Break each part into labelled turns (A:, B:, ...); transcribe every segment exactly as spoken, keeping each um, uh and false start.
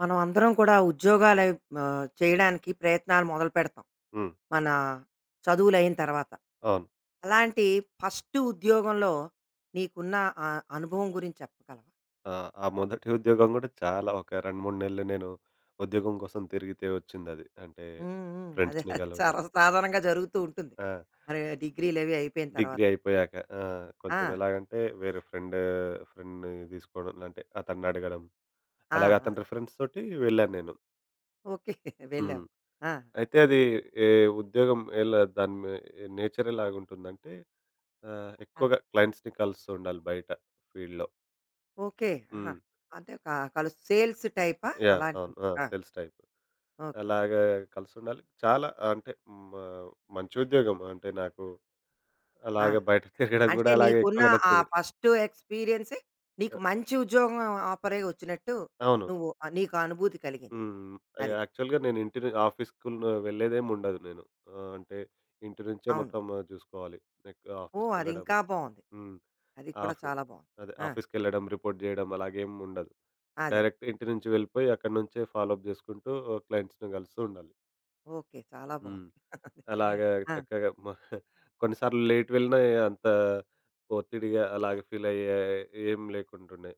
A: మనం అందరం కూడా ఉద్యోగాలు అయి ఆహ్, చేయడానికి ప్రయత్నాలు మొదలుపెడతాం.
B: హ్మ్.
A: మన చదువులయిన తర్వాత.
B: అవును.
A: అలాంటి ఫస్ట్ ఉద్యోగంలో నీకున్న ఆ అనుభవం గురించి చెప్పగలవా?
B: ఆ! ఆ మొదటి ఉద్యోగం గూడా చాలా ఒక రెండు, మూడు నెలలు నేను ఉద్యోగం కోసం తిరిగితే వచ్చిందది. అంటే
A: హ్మ్. హ్మ్. అదే
B: ఫ్రెండ్స్‌ని
A: అది
B: గలవడం.
A: సర్వసాధారణంగా జరుగుతూ ఉంటుంది.
B: ఆ!
A: మరి డిగ్రీలవి అయిపోయిన
B: డిగ్రీ
A: తర్వాత.
B: అయిపోయాక. ఆ!
A: ఆ!
B: కొంచెం ఎలాగంటే వేరే ఫ్రెండ్ ఫ్రెండ్‌ని తీసుకోవడం అంటే అతన్నడగడం.
A: ఆ!
B: అలాగే
A: ఆ!
B: అతని రిఫరెన్స్ తోటి వెళ్ళాను నేను.
A: ఓకే.
B: హ్మ్.
A: వెళ్ళావు. ఆ!
B: అయితే అది ఏ ఉద్యోగం ఎలా దాని మే నేచర్ ఎలాగుంటుందంటే ఆహ్,
A: ఆ!
B: ఎక్కువగా క్లయింట్స్‌ని కలుస్తూ ఉండాలి బయట ఫీల్డ్‌లో.
A: ఓకే. ఆహా!
B: హ్మ్.
A: అంటే క కలు సేల్స్ టైపా?
B: యాహ్!
A: అలాంటి
B: అవును. ఆ!
A: ఆ!
B: Sales type.
A: ఓకే.
B: అలాగా కలిసుండాలి. చాలా అంటే మ మంచి ఉద్యోగం. అంటే నాకు
A: ఆ!
B: అలాగ బయట తిరగడం గూడా
A: అంటే
B: అలాగే
A: నీకున్న
B: ఎక్కువగా
A: ఆ
B: నచ్చదు.
A: ఫస్ట్ ఎక్స్‌పీరియన్సే
B: అ
A: నీకు మంచి ఉద్యోగం ఆఫరే వచ్చినట్టు
B: అవును.
A: నువ్వు ఆహ్, నీకు అనుభూతి కలిగింది.
B: హ్మ్.
A: అది.
B: యాక్చువల్‌గా నేను ఇంటి ను ఆఫీస్‌కుల్ వెళ్ళేదేముండదు నేను. ఆహ్, అంటే ఇంటి నుంచే
A: అవును.
B: మొత్తం ఆ, చూసుకోవాలి. లైక్
A: ఓహ్! అది
B: ఆఫీస్‌కెళ్ళడం.
A: ఇంకా బావుంది.
B: హ్మ్.
A: అది కూడా
B: ఆఫీ
A: చాలా బావుంది.
B: అదే
A: ఆ!
B: ఆఫీస్‌కెళ్ళడం, రిపోర్ట్ చేయడం అలాగేం ఉండదు.
A: అదే.
B: డైరెక్ట్ ఇంటి నుంచి వెళ్ళిపోయి అక్కడి నుంచే ఫాలో అప్ చేసుకుంటూ క్లయింట్స్‌ని కలుస్తూ ఉండాలి.
A: ఓకే. చాలా
B: హ్మ్.
A: బావుంది.
B: అలాగా
A: ఆ!
B: చక్కగా మ కొన్నిసార్లు లేట్ వెళ్ళినా అంత ఒత్తిడిగా అలాగే ఫీల్ అయ్యే ఏం లేకుంటుండే.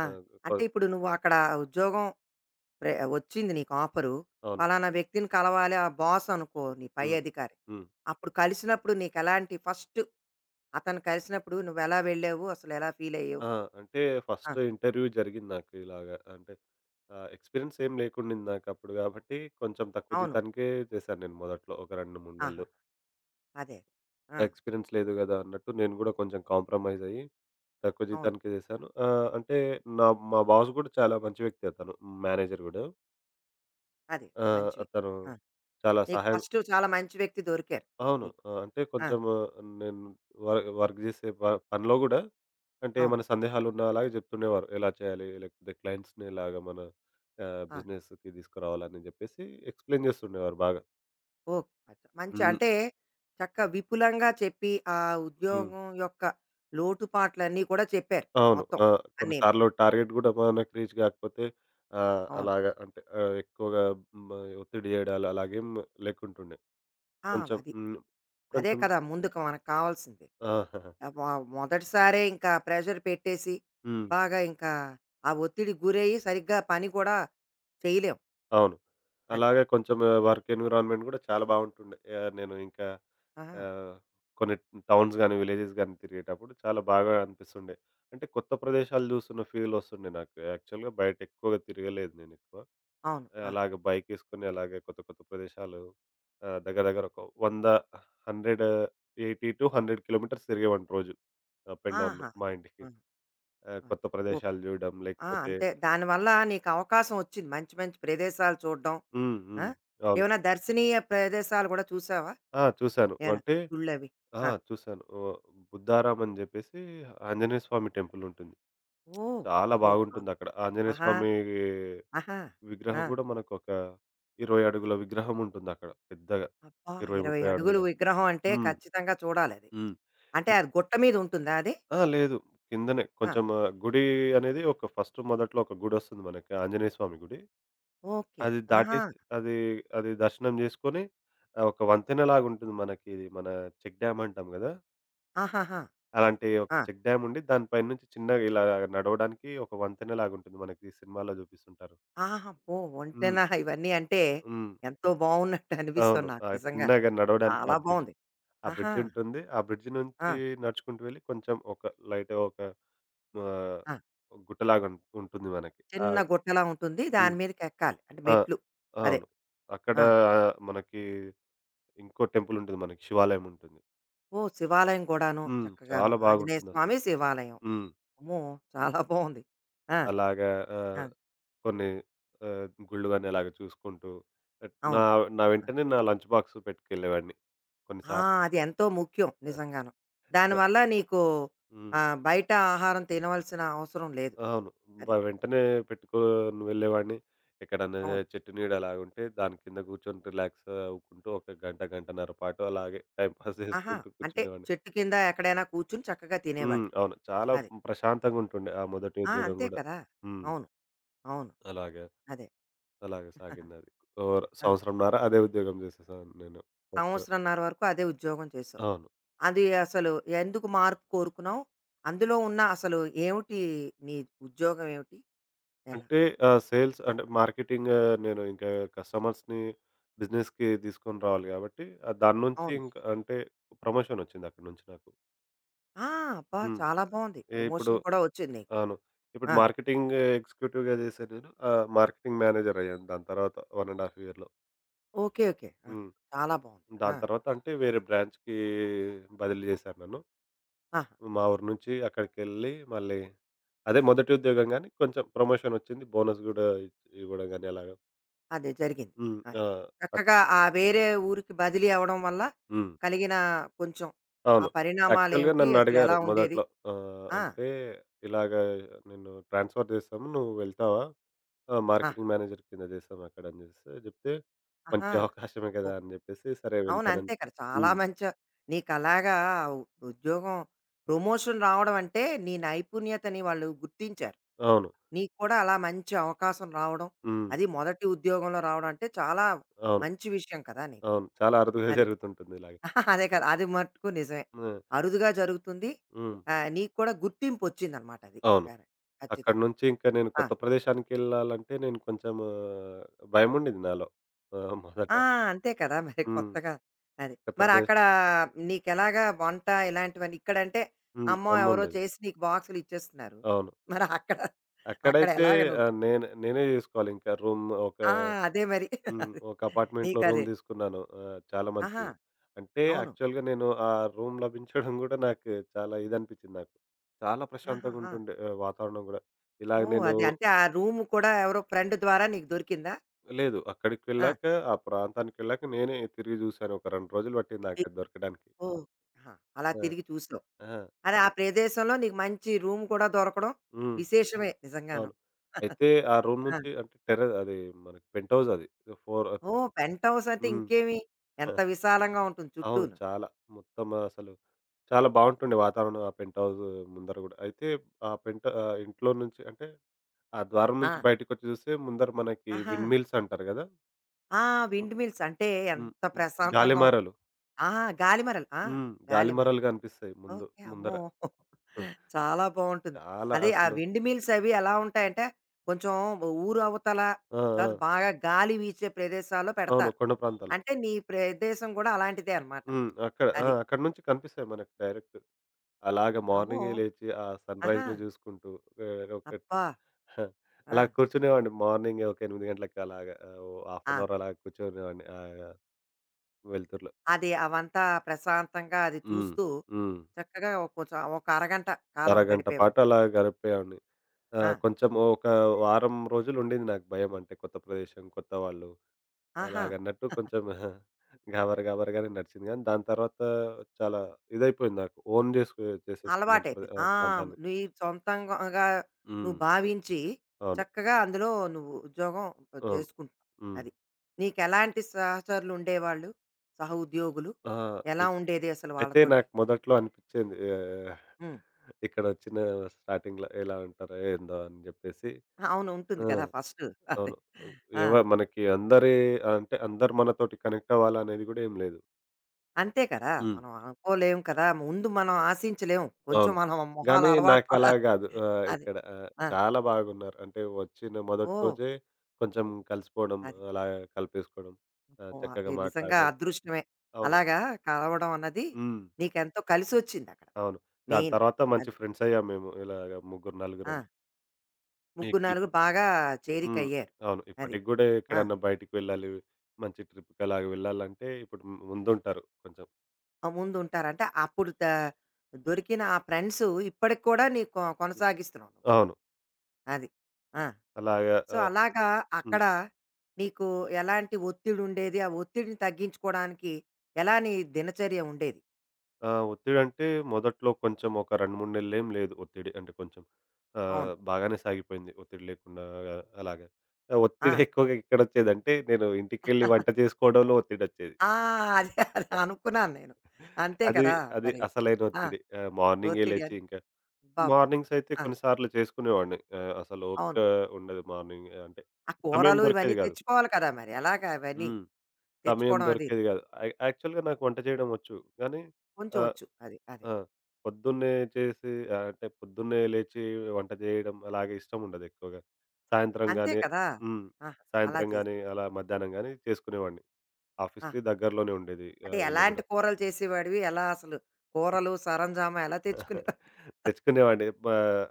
A: ఆ!
B: ఆహ్, కొ
A: అంటే ఇప్పుడు నువ్వు అక్కడ ఉద్యోగం ప్రె వచ్చింది నీకు ఆఫరు.
B: అవును.
A: పలానా వ్యక్తిని కలవాలి ఆ బాస్ అనుకో నీ పై
B: హ్మ్.
A: అధికారి.
B: హ్మ్.
A: అప్పుడు కలిసినప్పుడు నీకెలాంటి ఫస్ట్ అతను కలిసినప్పుడు నువ్వెలా వెళ్ళావు? అసలెలా ఫీలయ్యావు?
B: ఆ! అంటే
A: ఆ!
B: ఫస్ట్ ఇంటర్వ్యూ జరిగింది నాకు ఇలాగా. అంటే ఆహ్, ఎక్స్‌పీరియన్స్ ఏం లేకుండింది నాకప్పుడు గాబట్టి కొంచెం తక్కువ
A: అవును.
B: జీతానికే చేశాను నేను మొదట్లో ఒక రెండు, మూడు
A: ఆహా!
B: నెలలు.
A: అదే. అదే ఆ!
B: ఎక్స్‌పీరియన్స్ లేదు గదా! అన్నట్టు నేను గూడా కొంచెం కాంప్రమైజ్ అయ్యి తక్కువ
A: అవును.
B: జీతానికే చేశాను. ఆహ్, అంటే నా మా బాస్ గూడా చాలా మంచి వ్యక్తి, అతను మేనేజర్ గూడా.
A: అదే.
B: ఆ!
A: మంచి వ్యక్తి.
B: అతను
A: ఆ!
B: చాలా
A: నీకు
B: సహాయం.
A: ఫస్టు చాలా మంచి వ్యక్తి దొరికారు
B: అవును.
A: నీకు.
B: ఆ! అంటే
A: ఆ!
B: కొంచెం ఆ, నేను వ వర్క్ చేసే ప పనిలో గూడా అంటే
A: అవును.
B: ఏమైనా సందేహాలున్నా అలాగే చెప్తుండేవారు. ఎలా చేయాలి? లేకపోతే క్లయింట్స్‌ని ఇలాగ మన ఆహ్,
A: ఆ!
B: బిజినెస్‌కి తీసుకురావాలని చెప్పేసి ఎక్స్‌ప్లెయిన్ చేస్తుండేవారు బాగా.
A: ఓకే. అచ్చ మంచి
B: హ్మ్.
A: అంటే చక్కగా విపులంగా చెప్పి, ఆ
B: హ్మ్.
A: ఉద్యోగం యొక్క లోటుపాట్లన్నీ కూడా చెప్పారు
B: అవును.
A: మొత్తం
B: ఆ!
A: అన్నీను.
B: కొన్నిసార్లు టార్గెట్ గూడా మనకు రీచ్ కాకపోతే ఆహ్,
A: అవును.
B: అలాగా అంటే ఆహ్, ఎక్కువగా మ ఒత్తిడి చేయడాలు అలాగేం లేకుంటుండే.
A: ఆ!
B: కొంచెం
A: అది.
B: హ్మ్.
A: అదే
B: కొంచెం
A: కదా! ముందుకు మనకు కావాల్సింది.
B: ఆ!
A: ఆహ్, మొ మొదటిసారే ఇంకా ప్రెషర్ పెట్టేసి,
B: హ్మ్.
A: బాగా ఇంకా ఆ ఒత్తిడికి గురయ్యి సరిగ్గా పని కూడా చేయలేం.
B: అవును.
A: అది.
B: అలాగే కొంచెం వర్క్ ఎన్విరాన్మెంట్ గూడా చాలా బావుంటుండే. ఆహ్, నేను ఇంకా
A: ఆహా!
B: ఆహ్, కొన్ని టౌన్స్ గాని, విలేజెస్ గాని తిరిగేటప్పుడు చాలా బాగా అనిపిస్తుండే. అంటే కొత్త ప్రదేశాలు జూస్తున్న ఫీల్ ఒస్తుండే నాకు. యాక్చువల్‌గా బయట ఎక్కువగా తిరగలేదు నేనెక్కువ.
A: అవును. ఆహా!
B: అలాగే బైకేసుకొని అలాగే కొత్త కొత్త ప్రదేశాలు ఆహ్, దగ్గర దగ్గర ఒక వంద, నూట ఎనభై వంద కిలోమీటర్స్ తిరిగేవాడిని రోజు. అప్ అండ్ డౌన్
A: ఆహా!
B: మా
A: అది. ఆ!
B: ఇంటికి. ఆహ్,
A: అది.
B: కొత్త
A: ఓక్
B: ప్రదేశాలు జూడడం
A: ఆ!
B: లేకపోతే.
A: అంతే. దానివల్ల నీకు అవకాశం వచ్చింది. మంచి మంచి ప్రదేశాలు చూడ్డం.
B: హ్మ్.
A: ఆ!
B: హ్మ్. అవును.
A: ఏమైనా దర్శనీయ ప్రదేశాలు కూడా చూసావా?
B: ఆ! చూశాను.
A: ఏమైనా
B: అంటే
A: గుళ్ళవి?
B: ఆ!
A: ఆ!
B: చూశాను. ఓహ్! బుద్ధారాం అని జెప్పేసి ఆంజనేయ స్వామి టెంపుల్ ఉంటుంది.
A: ఓహ్!
B: చాలా
A: ఓహ్! చాలా
B: బాగుంటుందక్కడ. ఆంజనేయ
A: ఆహా!
B: స్వామి
A: ఆహా! ఆ!
B: విగ్రహం గూడా మనకొక ఇరవై అడుగుల విగ్రహం ఉంటుందక్కడ పెద్దగా.
A: అబ్బా!
B: ఇరవై,
A: ఇరవై
B: ముప్పై
A: అడుగులు
B: అడుగుల.
A: విగ్రహం అంటే
B: హ్మ్.
A: ఖచ్చితంగా చూడాలది.
B: హ్మ్.
A: అంటే అది గుట్ట మీద ఉంటుందా అది?
B: ఆ! లేదు. కిందనే
A: ఆ!
B: కొంచెం గుడి అనేది ఒక ఫస్ట్ మొదట్లో ఒక గుడొస్తుంది మనకి, ఆంజనేయ స్వామి గుడి.
A: ఓకే.
B: అది
A: ఆహా!
B: దాటేసి అది అది దర్శనం జేసుకొని ఆహ్, ఒక వంతెనలాగుంటుంది మనకి, ఇది మన చెక్ డ్యామ్ అంటాం గదా!
A: ఆహాహా! అది.
B: అలాంటి ఒక
A: ఆ!
B: చెక్ డ్యామ్ ఉండి దాని పైనుంచి చిన్నగా ఇలా నడవడానికి ఒక వంతెనలాగా ఉంటుంది మనకి, ఈ సినిమాలో చూపిస్తుంటారు.
A: ఆహా! అబ్బో!
B: హ్మ్.
A: ఒంటెనా ఇవన్నీ అంటే
B: హ్మ్.
A: ఎంతో బావున్నట్టు
B: అవును.
A: అనిపిస్తుంది నాకు
B: ఆ!
A: నిజంగా.
B: చిన్నగా నడవడానికి ఆ
A: చాలా
B: బ్రిడ్జ్
A: బావుంది.
B: ఆ
A: ఆహా!
B: బ్రిడ్జ్ ఉంటుంది. ఆ బ్రిడ్జ్ నుంచి
A: ఆ!
B: నడుచుకుంటూ వెళ్ళి కొంచెం ఒక లైట్ ఒక ఆహ్,
A: ఆ!
B: గుట్టలాగా ఉం ఉంటుంది మనకి. ఆ!
A: చిన్న గుట్టలా ఉంటుంది. దాని
B: హ్మ్.
A: మీదకి ఎక్కాలి. అంటే
B: ఆ!
A: మెట్లు. అదే.
B: అవును. అక్కడ
A: ఆ!
B: ఆ, మనకి ఇంకో టెంపుల్ ఉంటుంది, మనకి శివాలయం ఉంటుంది.
A: ఓహ్! శివాలయం కూడాను
B: హ్మ్.
A: చక్కగాను.
B: చాలా
A: ఆంజనేయ
B: బాగుంటుందసలు.
A: స్వామి శివాలయం.
B: హ్మ్.
A: అమ్మో! చాలా బావుంది. ఆ!
B: అలాగా ఆ!
A: ఆ!
B: కొన్ని ఆహ్, గుళ్ళు గాని అలాగ చూసుకుంటూ ఆహ్, నా
A: అవును.
B: నా వెంటనే నా లంచ్ బాక్స్ పెట్టుకెళ్ళేవాడిని
A: ఆ!
B: కొన్నిసార్లు.
A: అది ఎంతో ముఖ్యం నిజంగాను.
B: ఆహ్,
A: దానివల్ల నీకు
B: హ్మ్.
A: ఆహ్, బయట ఆహారం తినవలసిన అవసరం లేదు.
B: అవును. బ
A: అది.
B: వెంటనే పెట్టుకొని వెళ్ళేవాడిని. ఎక్కడన్నా
A: అవును.
B: చెట్టు నీడ అలాగుంటే దాని కింద కూర్చొని రిలాక్స్ అవ్వుకుంటూ ఒక గంట, గంటన్నర పాటు అలాగే టైమ్ పాస్
A: ఆహా!
B: చేసుకుంటూ
A: అంటే
B: కూర్చునేవాడిని.
A: చెట్టు కింద ఎక్కడైనా కూర్చొని చక్కగా
B: హ్మ్.
A: తినేవాడివి.
B: అవును. చాలా
A: అది.
B: ప్రశాంతంగా ఉంటుండే ఆ మొదటి
A: ఆ!
B: ఉద్యోగం
A: అంతే
B: గూడా.
A: కదా!
B: హ్మ్.
A: అవును. అవును.
B: అలాగే.
A: అదే.
B: అలాగే సాగిందది. ఓ
A: ఆ!
B: సంవత్సరంన్నర అదే ఉద్యోగం చేసేసాను నేను. ఒక
A: సంవత్సరంన్నర వరకు అదే ఉద్యోగం చేసావు.
B: అవును.
A: అది అసలు ఎందుకు మార్పు కోరుకున్నావు? అందులో ఉన్న అసలు ఏమిటి నీ ఉద్యోగం ఏమిటి? ఎలా?
B: అంటే ఆహ్, సేల్స్ అంటే మార్కెటింగ్, నేను ఇంకా కస్టమర్స్‌ని బిజినెస్‌కి తీసుకొని రావాలి కాబట్టి ఆహ్, దాని నుంచి
A: అవును.
B: ఇంక అంటే ప్రమోషన్ వచ్చింది అక్కడి నుంచి నాకు.
A: ఆ! అబ్బా!
B: హ్మ్.
A: చాలా బావుంది.
B: ఇప్పుడు
A: ప్రమోషన్ కూడా వచ్చింది నీకు.
B: అవును. ఇప్పుడు
A: ఆ!
B: మార్కెటింగ్ ఎగ్జిక్యూటివ్‌గా చేశాను నేను. ఆహ్, మార్కెటింగ్ మేనేజర్ అయ్యాను దాని తర్వాత ఒకటిన్నర ½ ఇయర్‌లో.
A: ఓకే. ఓకే. ఆహా!
B: హ్మ్.
A: చాలా బావుంది. ఆ!
B: దాని తర్వాత అంటే వేరే బ్రాంచ్‌కి బదిలీ చేశారు నన్ను.
A: ఆహా!
B: మా ఊరు నుంచి అక్కడికెళ్ళి మళ్ళీ అదే మొదటి ఉద్యోగం గానీ కొంచెం ప్రమోషన్ వచ్చింది. బోనస్ గూడా ఇ ఇవ్వడం గానీ అలాగా.
A: అదే జరిగింది.
B: హ్మ్.
A: అది.
B: ఆ! అక్
A: చక్కగా ఆ వేరే ఊరికి బదిలీ అవ్వడం వల్ల
B: హ్మ్.
A: కలిగిన కొంచెం ఆ
B: అవును. యాక్చువల్‌గా
A: పరిణామాలేమిటి? అసలు
B: నన్నడిగారు
A: ఎలా ఉండేది?
B: మొదట్లో. ఆహ్,
A: ఆ!
B: అంటే ఇలాగ నిన్ను ట్రాన్స్ఫర్ చేస్తాము. నువ్వు వెళ్తావా? ఆ!
A: ఆహా!
B: మార్కెటింగ్ మేనేజర్ కింద చేస్తాం అక్కడ అని జెప్పేసి జెప్తే,
A: ఆహా!
B: మంచి అవకాశమే కదా! అని జెప్పేసి సరే
A: అవును. అంతే
B: వెళ్తానని.
A: కదా! చాలా
B: హ్మ్.
A: మంచి నీకలాగా ఉ ఉద్యోగం ప్రమోషన్ రావడం అంటే, నీ నైపుణ్యతని వాళ్ళు గుర్తించారు.
B: అవును.
A: నీకు కూడా అలా మంచి అవకాశం రావడం,
B: హ్మ్.
A: అది మొదటి ఉద్యోగంలో రావడం అంటే, చాలా
B: అవును.
A: మంచి విషయం కదా నీకు.
B: అవును. చాలా అరుదుగా
A: అది.
B: జరుగుతుంటుంది ఇలాగ.
A: అదే కదా! అది మట్టుకు నిజమే.
B: ఆ!
A: అరుదుగా జరుగుతుంది.
B: హ్మ్.
A: ఆహ్, నీకు కూడా గుర్తింపొచ్చిందనమాట అది.
B: అవును.
A: కరెక్ట్.
B: అక్కడి
A: ఖచ్చితంగా.
B: నుంచి ఇంకా నేను
A: ఆ!
B: కొత్త ప్రదేశానికెళ్ళాలంటే నేను కొంచెం భయముండేది నాలో. ఆ! మొదట.
A: ఆ! అంతే కదా! మరి
B: హ్మ్.
A: కొత్తగా అది.
B: కొత్త
A: మరి
B: ప్రదేశ్
A: అక్కడ నీకెలాగా వంట ఇలాంటివన్నీ ఇక్కడంటే
B: హ్మ్.
A: అమ్మో ఎవరో
B: అమ్ముండేది.
A: చేసి నీకు బాక్సులు ఇచ్చేస్తున్నారు.
B: అవును.
A: మరి అక్కడ, అక్కడ
B: అక్కడైతే
A: ఎలాగ నువ్వు?
B: ఆహ్, నేను నేనే జేసుకోవాలి ఇంకా రూమ్ ఒక
A: ఆ! అదే మరి.
B: హ్మ్.
A: అది.
B: ఒక అపార్ట్మెంట్‌లో రూమ్
A: నీకది
B: తీసుకున్నాను. ఆహ్, చాలా
A: ఆహా!
B: మంచిది. అంటే
A: అవును.
B: యాక్చువల్‌గా నేను ఆ రూమ్ లభించడం గూడా నాకు చాలా ఇదనిపించింది నాకు. చాలా ప్రశాంతంగా
A: ఆహాహా!
B: ఉంటుండే ఆహ్, వాతావరణం గూడా. ఇలాగ
A: ఓహ్!
B: నేను
A: అది అంటే ఆ రూమ్ కూడా ఎవరో ఫ్రెండ్ ద్వారా నీకు దొరికిందా?
B: లేదు అక్కడికి
A: ఆ!
B: వెళ్ళాక, ఆ ప్రాంతానికి వెళ్ళాక నేనే తిరిగి జూసాను. ఒక రెండు రోజులు పట్టింది
A: ఇ
B: నాకది దొరకడానికి.
A: ఓహ్! ఆహా! అలా
B: ఆ!
A: తిరిగి చూసావు.
B: ఆ!
A: అదే ఆ ప్రదేశంలో నీకు మంచి రూమ్ కూడా దొరకడం
B: హ్మ్.
A: విశేషమే నిజంగాను.
B: అవును.
A: అది.
B: అయితే ఆ రూమ్
A: ఆ!
B: నుంచి అంటే టెర్ర అది మనకి పెంట్ హౌస్ అది. నాలుగు
A: ఓహ్! పెంట్‌హౌస్ అంటే
B: హ్మ్.
A: ఇంకేమి ఎంత విశాలంగా ఉంటుంది
B: అవును.
A: చుట్టూను.
B: చాలా. మొత్తం అసలు చాలా బావుంటుండే వాతావరణం ఆ పెంట్ హౌస్ ముందర గూడా. అయితే ఆ పెంట్ ఆహ్, ఇంట్లో నుంచి అంటే ఆ ద్వారం
A: ఆ!
B: నుంచి బయటికొచ్చి చూస్తే ముందర మనకి
A: ఆహా!
B: విండ్ మిల్స్ అంటారు గదా!
A: ఆ! విండ్ మిల్స్ అంటే
B: హ్మ్.
A: ఎంత ప్రశాంతంగా ఉంటుంది.
B: గాలిమరలు.
A: ఆ! గాలిమరలు. ఆ!
B: హ్మ్.
A: గాలిమరలు.
B: గాలిమరలు గనిపిస్తాయి ముందు
A: ఓకే.
B: ముందర.
A: అమ్మో!
B: ఉమ్,
A: చాలా బావుంటుంది.
B: చాలా
A: అదే ఆ
B: అసలు.
A: విండ్ మిల్స్ అవి ఎలా ఉంటాయంటే కొంచెం ఊరు అవతల
B: ఆ!
A: తర్వాత
B: ఆ!
A: బాగా గాలి వీచే ప్రదేశాల్లో
B: అవును.
A: పెడతారు.
B: కొండ ప్రాంతాలు.
A: అంటే నీ ప్రదేశం కూడా అలాంటిదే అన్నమాట.
B: హ్మ్. అక్కడ ఆ!
A: అది.
B: అక్కడి నుంచి కనిపిస్తాయి మనకు డైరెక్ట్. అలాగ
A: అమ్మో!
B: మార్నింగే లేచి ఆ
A: ఆహా!
B: సన్‌రైజ్‌ని జూసుకుంటూ ఆహ్, ఒక
A: అబ్బా! ఆ!
B: అలా కూర్చునేవాడిని మార్నింగ్ ఒక ఎనిమిది గంటలకి అలాగా, ఆహ్, ఓ హాఫ్
A: ఆ!
B: అన్ అవర్ అలా కూర్చునేవాడిని. ఆ! వెలుతురులో.
A: అది అవంతా ప్రశాంతంగా అది
B: హ్మ్.
A: చూస్తూ
B: హ్మ్.
A: చక్కగా ఒక కొంచెం ఒక అరగంట కాలం
B: అరగంట
A: గడిపేవారు.
B: పాటు అలా గడిపేవాడిని.
A: ఆ!
B: ఆహ్, కొంచెం ఒక వారం రోజులుండింది నాకు భయం. అంటే కొత్త ప్రదేశం, కొత్త వాళ్ళు
A: ఆహా!
B: అలాగన్నట్టు కొంచెం గాబరా గాబరాగానే నడిచింది గానీ, దాని తర్వాత చాలా ఇదైపోయింది నాకు. ఓన్ చేసుకు చేసేసుకున్నాను ప్ర
A: అలవాటైపోయింది.
B: ఆహ్,
A: ఆ!
B: ప్రాంతాన్ని.
A: నీ సొంతంగా నువ్వు
B: హ్మ్.
A: భావించి
B: అవును.
A: చక్కగా అందులో నువ్వు ఉద్యోగం
B: అవును.
A: చేసుకుంటున్నావు.
B: హ్మ్.
A: అది. నీకెలాంటి సహచరులు ఉండేవాళ్ళు? సహోద్యోగులు?
B: ఆ!
A: ఎలా
B: అయి
A: ఉండేది అసలు
B: అయితే
A: వాళ్ళతోటి?
B: నాకు మొదట్లో అనిపిచ్చేది ఆహ్,
A: హ్మ్.
B: ఇక్కడొచ్చిన స్టార్టింగ్‌లో ఎలా ఉంటారో ఏందో అని జెప్పేసి.
A: అవును. ఉంటుంది
B: ఆ!
A: కదా! ఫస్టు. అదే.
B: అవును. హ్మ్.
A: ఆ!
B: ఎవ మనకి అందరి అంటే అందరు మనతోటి కనెక్ట్ అవ్వాలనేది గూడా ఏం లేదు.
A: అంతే కదా!
B: హ్మ్.
A: మనం అనుకోలేం కదా! ముందు మనం ఆశించలేం. కొంచెం
B: అవును.
A: మనం మొహాలు
B: గానీ
A: అలవాటు
B: నాకలా
A: పడాలి.
B: గాదు. ఆహ్,
A: అది.
B: ఇక్కడ ఆహ్,
A: ఆ!
B: చాలా బాగున్నారు. అంటే వచ్చిన మొదటి
A: ఓహ్!
B: రోజే కొంచెం కలిసిపోవడం,
A: అది.
B: అలా కలిపేసుకోవడం, ఆహ్,
A: ఓహ్!
B: చక్కగా
A: అది నిజంగా
B: మాట్లాడడం.
A: అదృష్టమే.
B: అవును.
A: అలాగా కలవడం అన్నది
B: హ్మ్.
A: నీకెంతో కలిసొచ్చిందక్కడ
B: అవును. దాని
A: మెయిన్.
B: తర్వాత మంచి
A: అది.
B: ఫ్రెండ్స్ అయ్యాం మేము, ఇలాగ ముగ్గురు,
A: ఆ!
B: నలుగురం. ఇప్
A: ముగ్గురు, నలుగురు
B: ఇప్పుడు
A: బాగా
B: హ్మ్.
A: చేరికయ్యారు.
B: అవును.
A: అది.
B: ఇప్పటికి గూడా
A: ఆ!
B: ఎక్కడన్నా బయటికి వెళ్ళాలి, మంచి ట్రిప్‌కి అలాగ వెళ్ళాలంటే ఇప్పుడు ముందుంటారు కొంచెం.
A: ఆ! ముందుంటారు. అంటే అప్పుడు ద దొరికిన ఆ ఫ్రెండ్సు ఇప్పటికి కూడా నీకు
B: హ్మ్.
A: కొనసాగిస్తున్నావు నువ్వు.
B: అవును.
A: అది. ఆ!
B: అలాగా
A: సో,
B: ఆహ్
A: అలాగా
B: హ్మ్.
A: అక్కడ నీకు ఎలాంటి ఒత్తిడుండేది? ఆ ఒత్తిడిని తగ్గించుకోడానికి ఎలా నీ దినచర్య ఉండేది?
B: ఆ! ఒత్తిడంటే మొదట్లో కొంచెం ఒక రెండు, మూడు నెలలేం లేదు ఒత్తిడి. అంటే కొంచెం
A: అవును.
B: ఆహ్, బాగానే సాగిపోయింది ఒత్తిడి లేకుండా అలాగా.
A: ఆ!
B: ఒత్తిడి ఎక్కువగా ఎక్కడొచ్చేదంటే నేను ఇంటికెళ్ళి వంట చేసుకోవడంలో ఒత్తిడొచ్చేది.
A: ఆ! అదే అదే అనుకున్నాను నేను. అంతే
B: అది
A: కదా!
B: అది
A: మరి.
B: అసలైన
A: ఆ!
B: ఒత్తిడి. ఆహ్, మార్నింగే
A: ఒత్తిడి
B: లేచి
A: అన్
B: ఇంకా
A: అబ్బబ్బబ్బా!
B: మార్నింగ్స్ అయితే
A: ఆ!
B: కొన్ని సార్లు చేసుకునేవాడిని. ఆహ్, అసలు ఓపిక
A: అవును.
B: ఉండదు మార్నింగ్ అంటే.
A: ఆ
B: సమయం
A: కూరలు ఇవన్నీ
B: దొరికేది కాదు.
A: తెచ్చుకోవాలి కదా! మరి ఎలాగా అవన్నీ?
B: హ్మ్. సమయం
A: తెచ్చుకోవడం అది.
B: దొరికేది కాదు. యాక్ యాక్చువల్‌గా నాకు వంట చేయడం వచ్చు. కానీ
A: కొంచెం
B: ఆహ్
A: వచ్చు. అది. అదే.
B: ఆ! పొద్దున్నే చేసి ఆహ్, అంటే పొద్దున్నే లేచి వంట జేయడం అలాగే ఇష్టముండదు ఎక్కువగా. సాయంత్రం ఓకే.
A: అంతే
B: గానీ
A: కదా!
B: హ్మ్.
A: ఆహా! అలా
B: సాయంత్రం గానీ,
A: చేసేవాడివి.
B: అలా మధ్యాహ్నం గానీ చేసుకునేవాడిని.
A: ఆహా!
B: ఆఫీస్‌కి దగ్గరలోనే ఉండేది
A: అంటే
B: ఆహ్, ఇల్లు
A: ఎలాంటి
B: గూడా.
A: కూరలు చేసేవాడివి? ఎలా అసలు కూరలు, సరంజామా ఎలా తెచ్చుకునే
B: తెచ్చుకునేవాడిని. బ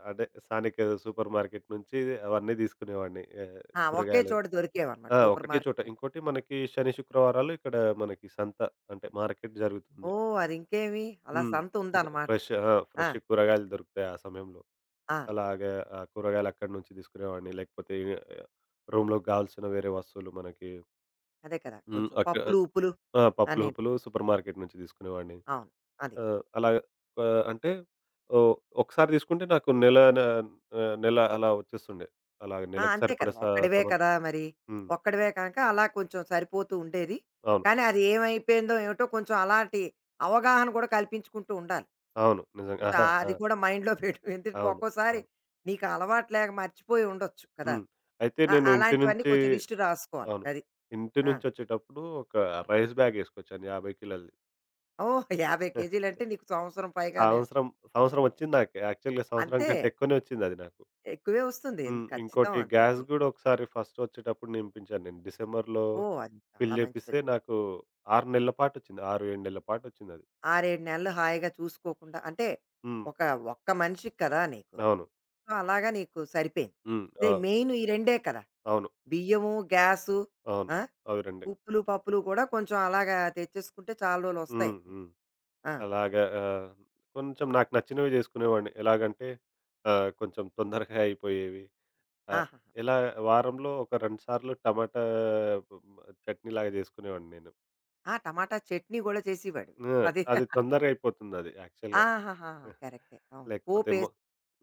B: అంటే స్థానిక సూపర్ మార్కెట్ నుంచి అవన్నీ తీసుకునేవాడిని. ఆహ్,
A: ఆ! ఒకే
B: కూరగాయలు
A: చోట దొరికేవన్నమాట.
B: ఆ!
A: సూపర్
B: ఒకటే చోట.
A: మార్కెట్.
B: ఇంకోటి మనకి శని, శుక్రవారాలు ఇక్కడ మనకి సంత, అంటే మార్కెట్ జరుగుతుంది.
A: ఓహ్! అది ఇంకేమి అలా
B: హ్మ్.
A: సంత ఉందన్నమాట.
B: ఫ్రెష్ ఆ!
A: ఆ!
B: ఫ్రెష్ కూరగాయలు దొరుకుతాయి ఆ సమయంలో.
A: ఆ!
B: అలాగే ఆహ్, కూరగాయలు అక్కడి నుంచి తీసుకునేవాడిని. లేకపోతే ఆహ్, రూమ్‌లోకి కావాల్సిన వేరే వస్తువులు మనకి
A: అదే కదా!
B: హ్మ్.
A: కొంచెం
B: అక్కడ
A: పప్పులు, ఉప్పులు
B: ఆ! పప్పులు,
A: అన్నీను.
B: ఉప్పులు సూపర్ మార్కెట్ నుంచి తీసుకునేవాడిని.
A: అవును. అది.
B: ఆహ్, అలా ఆహ్, అంటే ఓ ఒకసారి తీసుకుంటే నాకు నెల న ఆహ్, నెల అలా వచ్చేస్తుండే. అలాగే
A: ఆ!
B: నెలకు
A: అంతే
B: సరిపడే
A: కదా!
B: స
A: ఒక్కడివే
B: సామాను.
A: కదా మరి.
B: హ్మ్.
A: ఒక్కడివే కనుక అలా కొంచెం సరిపోతూ ఉండేది.
B: అవును.
A: కానీ అది ఏమైపోయిందో ఏమిటో కొంచెం అలాంటి అవగాహన కూడా కల్పించుకుంటూ ఉండాలి.
B: అవును. నిజంగా.
A: కొంచెం
B: ఆహా!
A: ఆ-
B: ఆ!
A: అది కూడా మైండ్‌లో పెట్టు. ఎందుకంటే
B: అవును.
A: ఒక్కోసారి
B: అవును.
A: నీకు అలవాటు లేక మర్చిపోయి ఉండొచ్చు కదా!
B: హ్మ్. అయితే
A: ఆ!
B: నేను ఇంటి
A: అలాంటివన్నీ
B: నుంచి
A: కొంచెం లిస్ట్ రాసుకోవాలి.
B: అవును.
A: అది.
B: ఇంటి
A: ఆ!
B: నుంచొచ్చేటప్పుడు ఒక రైస్ బ్యాగ్ ఏసుకొచ్చాను యాభై కిలోలది.
A: ఓహ్! యాభై కేజీలంటే నీకు సంవత్సరం పైగానే
B: సంవత్సరం,
A: హ్మ్.
B: సంవత్సరం వచ్చింది నాకు. యాక్చువల్‌గా సంవత్సరం
A: అంతే.
B: కంటే ఎక్కువనే వచ్చిందది నాకు.
A: ఎక్కువే వస్తుంది. ఎందు
B: హ్మ్.
A: ఖచ్చితం
B: ఇంకోటి
A: అంతే
B: గ్యాస్
A: అది.
B: గూడా ఒకసారి ఫస్ట్ వచ్చేటప్పుడు నింపించాను నేను. డిసెంబర్‌లో
A: ఓహ్! అది చాలా
B: ఫిల్
A: మంచి
B: జేపిస్తే
A: పని.
B: నాకు ఆరు నెలల పాటొచ్చింది. ఆరు, ఏడు నెలల పాటొచ్చిందది.
A: ఆరు, ఏడు నెలలు హాయిగా చూసుకోకుండా అంటే
B: హ్మ్.
A: ఒక ఒక్క మనిషికి కదా నీకు.
B: అవును.
A: సో, అలాగా నీకు సరిపోయింది.
B: హ్మ్.
A: ఇదే
B: ఆ!
A: మెయిన్ ఈ రెండే కదా!
B: అవును.
A: బియ్యము, గ్యాసు
B: అవును.
A: ఆ!
B: అవి రెండే.
A: ఉప్పులు, పప్పులు కూడా కొంచెం అలాగా తెచ్చేసుకుంటే చాలా రోజులు వస్తాయి
B: హ్మ్.
A: నీకు.
B: హ్మ్.
A: ఆ!
B: అలాగా ఆహ్, కొంచెం నాకు నచ్చినవి జేసుకునేవాడిని. ఎలాగంటే ఆహ్, కొంచెం తొందరగా అయిపోయేవి. ఆహ్,
A: ఆహాహా!
B: ఎలా వారంలో ఒక రెండు సార్లు టమాటా చట్నీలాగా జేసుకునేవాడిని నేను.
A: ఆ! టమాటా చట్నీ కూడా చేసేవాడివి.
B: ఆ!
A: అది.
B: అది తొందరగా అయిపోతుందది యాక్చువల్‌గా.
A: ఆహాహా! కరెక్టే. అవును.
B: లేకపోతే మొ
A: పోపేసి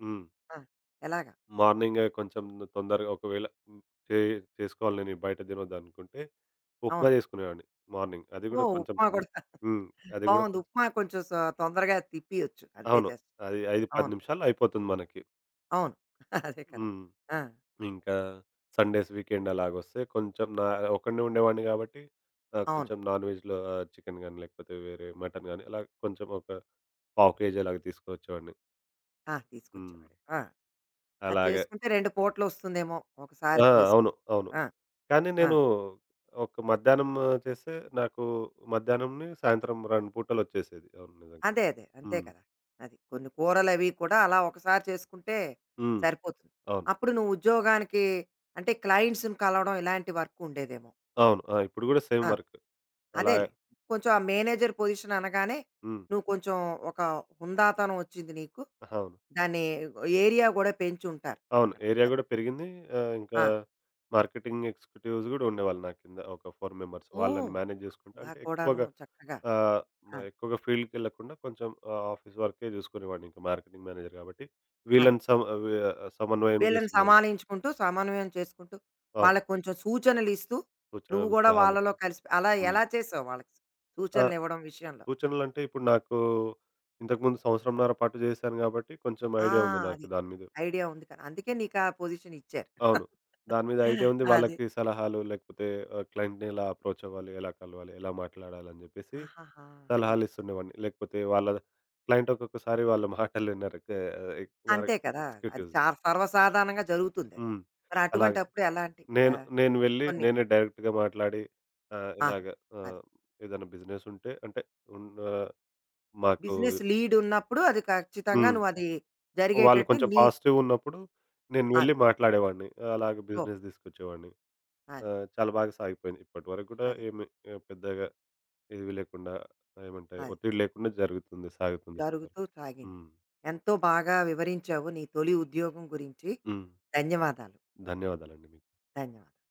B: హ్మ్.
A: ఆ! ఎలాగా?
B: మార్నింగే కొంచెం తొందరగా ఒకవేళ చే చేసుకోవాలి నేను ఇవి బయట తినొద్దనుకుంటే, ఉప్మా
A: అవును.
B: చేసుకునేవాడిని మార్నింగ్. అది కూడా
A: ఓహ్!
B: కొంచెం
A: ఉప్మా
B: తొం
A: కూడా.
B: హ్మ్. అది కూడా
A: బావుంది.
B: కొంచెం
A: ఉప్మా కొంచెం స తొందరగా తిప్పియొచ్చు. అంతే
B: అవును.
A: జస్ట్.
B: అది ఐదు, పది
A: అవును.
B: నిమిషాల్లో అయిపోతుంది మనకి.
A: అవును. అదే కదా!
B: హ్మ్.
A: ఆ!
B: ఇంకా సండేస్, వీకెండ్ అలాగొస్తే కొంచెం నా ఒక్కడినే ఉండేవాడిని కాబట్టి ఆహ్,
A: అవును.
B: కొంచెం నాన్ వెజ్‌లో ఆహ్, చికెన్ గాని, లేకపోతే వేరే మటన్ గాని అలా కొంచెం ఒక పావు కేజీ అలాగ తీసుకొచ్చేవాడిని.
A: ఆ!
B: హ్మ్.
A: తీసుకొచ్చేవాడివి. ఆ! అది
B: అలాగ
A: చేసుకుంటే రెండు పూటలొస్తుందేమో! ఒకసారి
B: ఆ!
A: చేసు
B: అవును. అవును.
A: ఆ!
B: కానీ
A: ఆ!
B: నేను ఒక మధ్యాహ్నం చేస్తే నాకు మధ్యాహ్నంని, సాయంత్రం రెండు పూటలొచ్చేసేది. అవును నిజంగా.
A: అదే. అదే. అంతే
B: హ్మ్.
A: కదా! అది. కొన్ని కూరలవి కూడా అలా ఒకసారి చేసుకుంటే
B: హ్మ్.
A: సరిపోతుంది.
B: అవును.
A: అప్పుడు నువ్వు ఉద్యోగానికి అంటే క్లయింట్స్‌ని కలవడం ఇలాంటి వర్క్ ఉండేదేమో.
B: అవును. ఆ! ఇప్పుడు గూడా సేమ్
A: ఆ!
B: వర్క్. అలాగే
A: అదేలే. కొంచెం ఆ మేనేజర్ పొజిషన్ అనగానే,
B: హ్మ్.
A: నువ్వు కొంచెం ఒక హుందాతనం వచ్చింది నీకు.
B: అవును.
A: దాన్ని ఏరియా గూడా పెంచుంటారు
B: అవును.
A: అక్కడ.
B: ఏరియా
A: అది.
B: గూడా పెరిగింది. ఆహ్, ఇంకా
A: ఆ!
B: మార్కెటింగ్ ఎగ్జిక్యూటివ్స్ గూడా ఉండేవాళ్ళు నా కింద ఒక నాలుగు మెంబర్స్. వాళ్ళని
A: ఓహ్!
B: మేనేజ్ జేసుకుంటా
A: అలా
B: అంటే
A: కూడాను
B: ఎక్కువగా
A: చక్కగా.
B: ఆహ్, మ
A: ఆ!
B: ఎక్కువగా ఫీల్డ్‌కెళ్ళకుండా కొంచెం ఆహ్, ఆఫీస్ వర్కే జూసుకునేవాడిని. ఇంకా మార్కెటింగ్ మేనేజర్ గాబట్టి
A: అది.
B: వీళ్ళని సమ వి సమన్వయం
A: వీళ్ళని
B: జేసుకునేవాళ్ళు.
A: సమాలించుకుంటూ, సమన్వయం చేసుకుంటూ,
B: అవును.
A: వాళ్ళకి కొంచెం సూచనలిస్తూ, నువ్వు
B: సూచనలు,
A: గూడా
B: సలహాలు
A: వాళ్ళలో
B: ఇస్తూ
A: కలిసి అలా
B: హ్మ్.
A: ఎలా చేసావు వాళ్ళకి
B: ఆ!
A: సూచనలివ్వడం విషయంలో?
B: సూచనలంటే ఇప్పుడు నాకు ఇంతకుముందు సంవత్సరంన్నర పాటు చేశాను కాబట్టి కొంచెం
A: ఆ!
B: ఐడియా ఉంది నాకు
A: అది.
B: దాని మీద.
A: ఐడియా ఉంది కదా! అందుకే నీకా పొజిషన్ ఇచ్చారు.
B: అవును. దాని మీద ఐడియా ఉంది.
A: అది.
B: వాళ్ళకి సలహాలు లేకపోతే ఆహ్, క్లయింట్‌ని ఎలా అప్రోచ్ అవ్వాలి, ఎలా కలవాలి, ఎలా మాట్లాడాలి అని చెప్పేసి
A: ఆహాహా! అది.
B: సలహాలు ఇస్తుండేవాడిని. లేకపోతే వాళ్ళ క్లయింట్ ఒక్కొక్కసారి వాళ్ళ మాటలు వినరు. కే ఎక్ వారి
A: అంతే కదా! అది
B: ఎగ్జిక్యూటివ్స్.
A: చా సర్వసాధారణంగా జరుగుతుందది.
B: హ్మ్.
A: మరి
B: అలాగే
A: అటువంటప్పుడు ఎలాంటి
B: నేను
A: ఆహ్,
B: నేను వెళ్ళి
A: కొన్ని
B: నేనే డైరెక్ట్‌గా మాట్లాడి ఆహ్,
A: ఆహా!
B: ఇలాగ
A: అదే.
B: ఆహ్, ఏదైనా బిజినెస్ ఉంటే అంటే ఉన్న మాకు
A: బిజినెస్ లీడ్ ఉన్నప్పుడు అది ఖచ్చితంగా
B: హ్మ్.
A: నువ్వది
B: వాళ్ళు
A: జరిగేటట్టు
B: కొంచెం
A: నీ
B: పాజిటివ్‌గున్నప్పుడు నేను
A: అది.
B: వెళ్లి మాట్లాడేవాడిని. అలాగే
A: ఓకే.
B: బిజినెస్ తీసుకొచ్చేవాడిని.
A: అదే.
B: ఆహ్, చాలా బాగా సాగిపోయింది. ఇప్పటివరకు కూడా
A: అదే.
B: ఏమి ఆహ్, పెద్దగా ఏవి లేకుండా ఏమంటాయి
A: అదే.
B: ఒత్తిడి లేకుండా జరుగుతుంది, సాగుతుంది
A: జరుగుతూ
B: ఇప్పటివరకు.
A: సాగింది.
B: హ్మ్.
A: ఎంతో బాగా వివరించావు నీ తొలి ఉద్యోగం గురించి.
B: హ్మ్.
A: ధన్యవాదాలు.
B: ధన్యవాదాలండి మీకు.
A: ధన్యవాదాలు.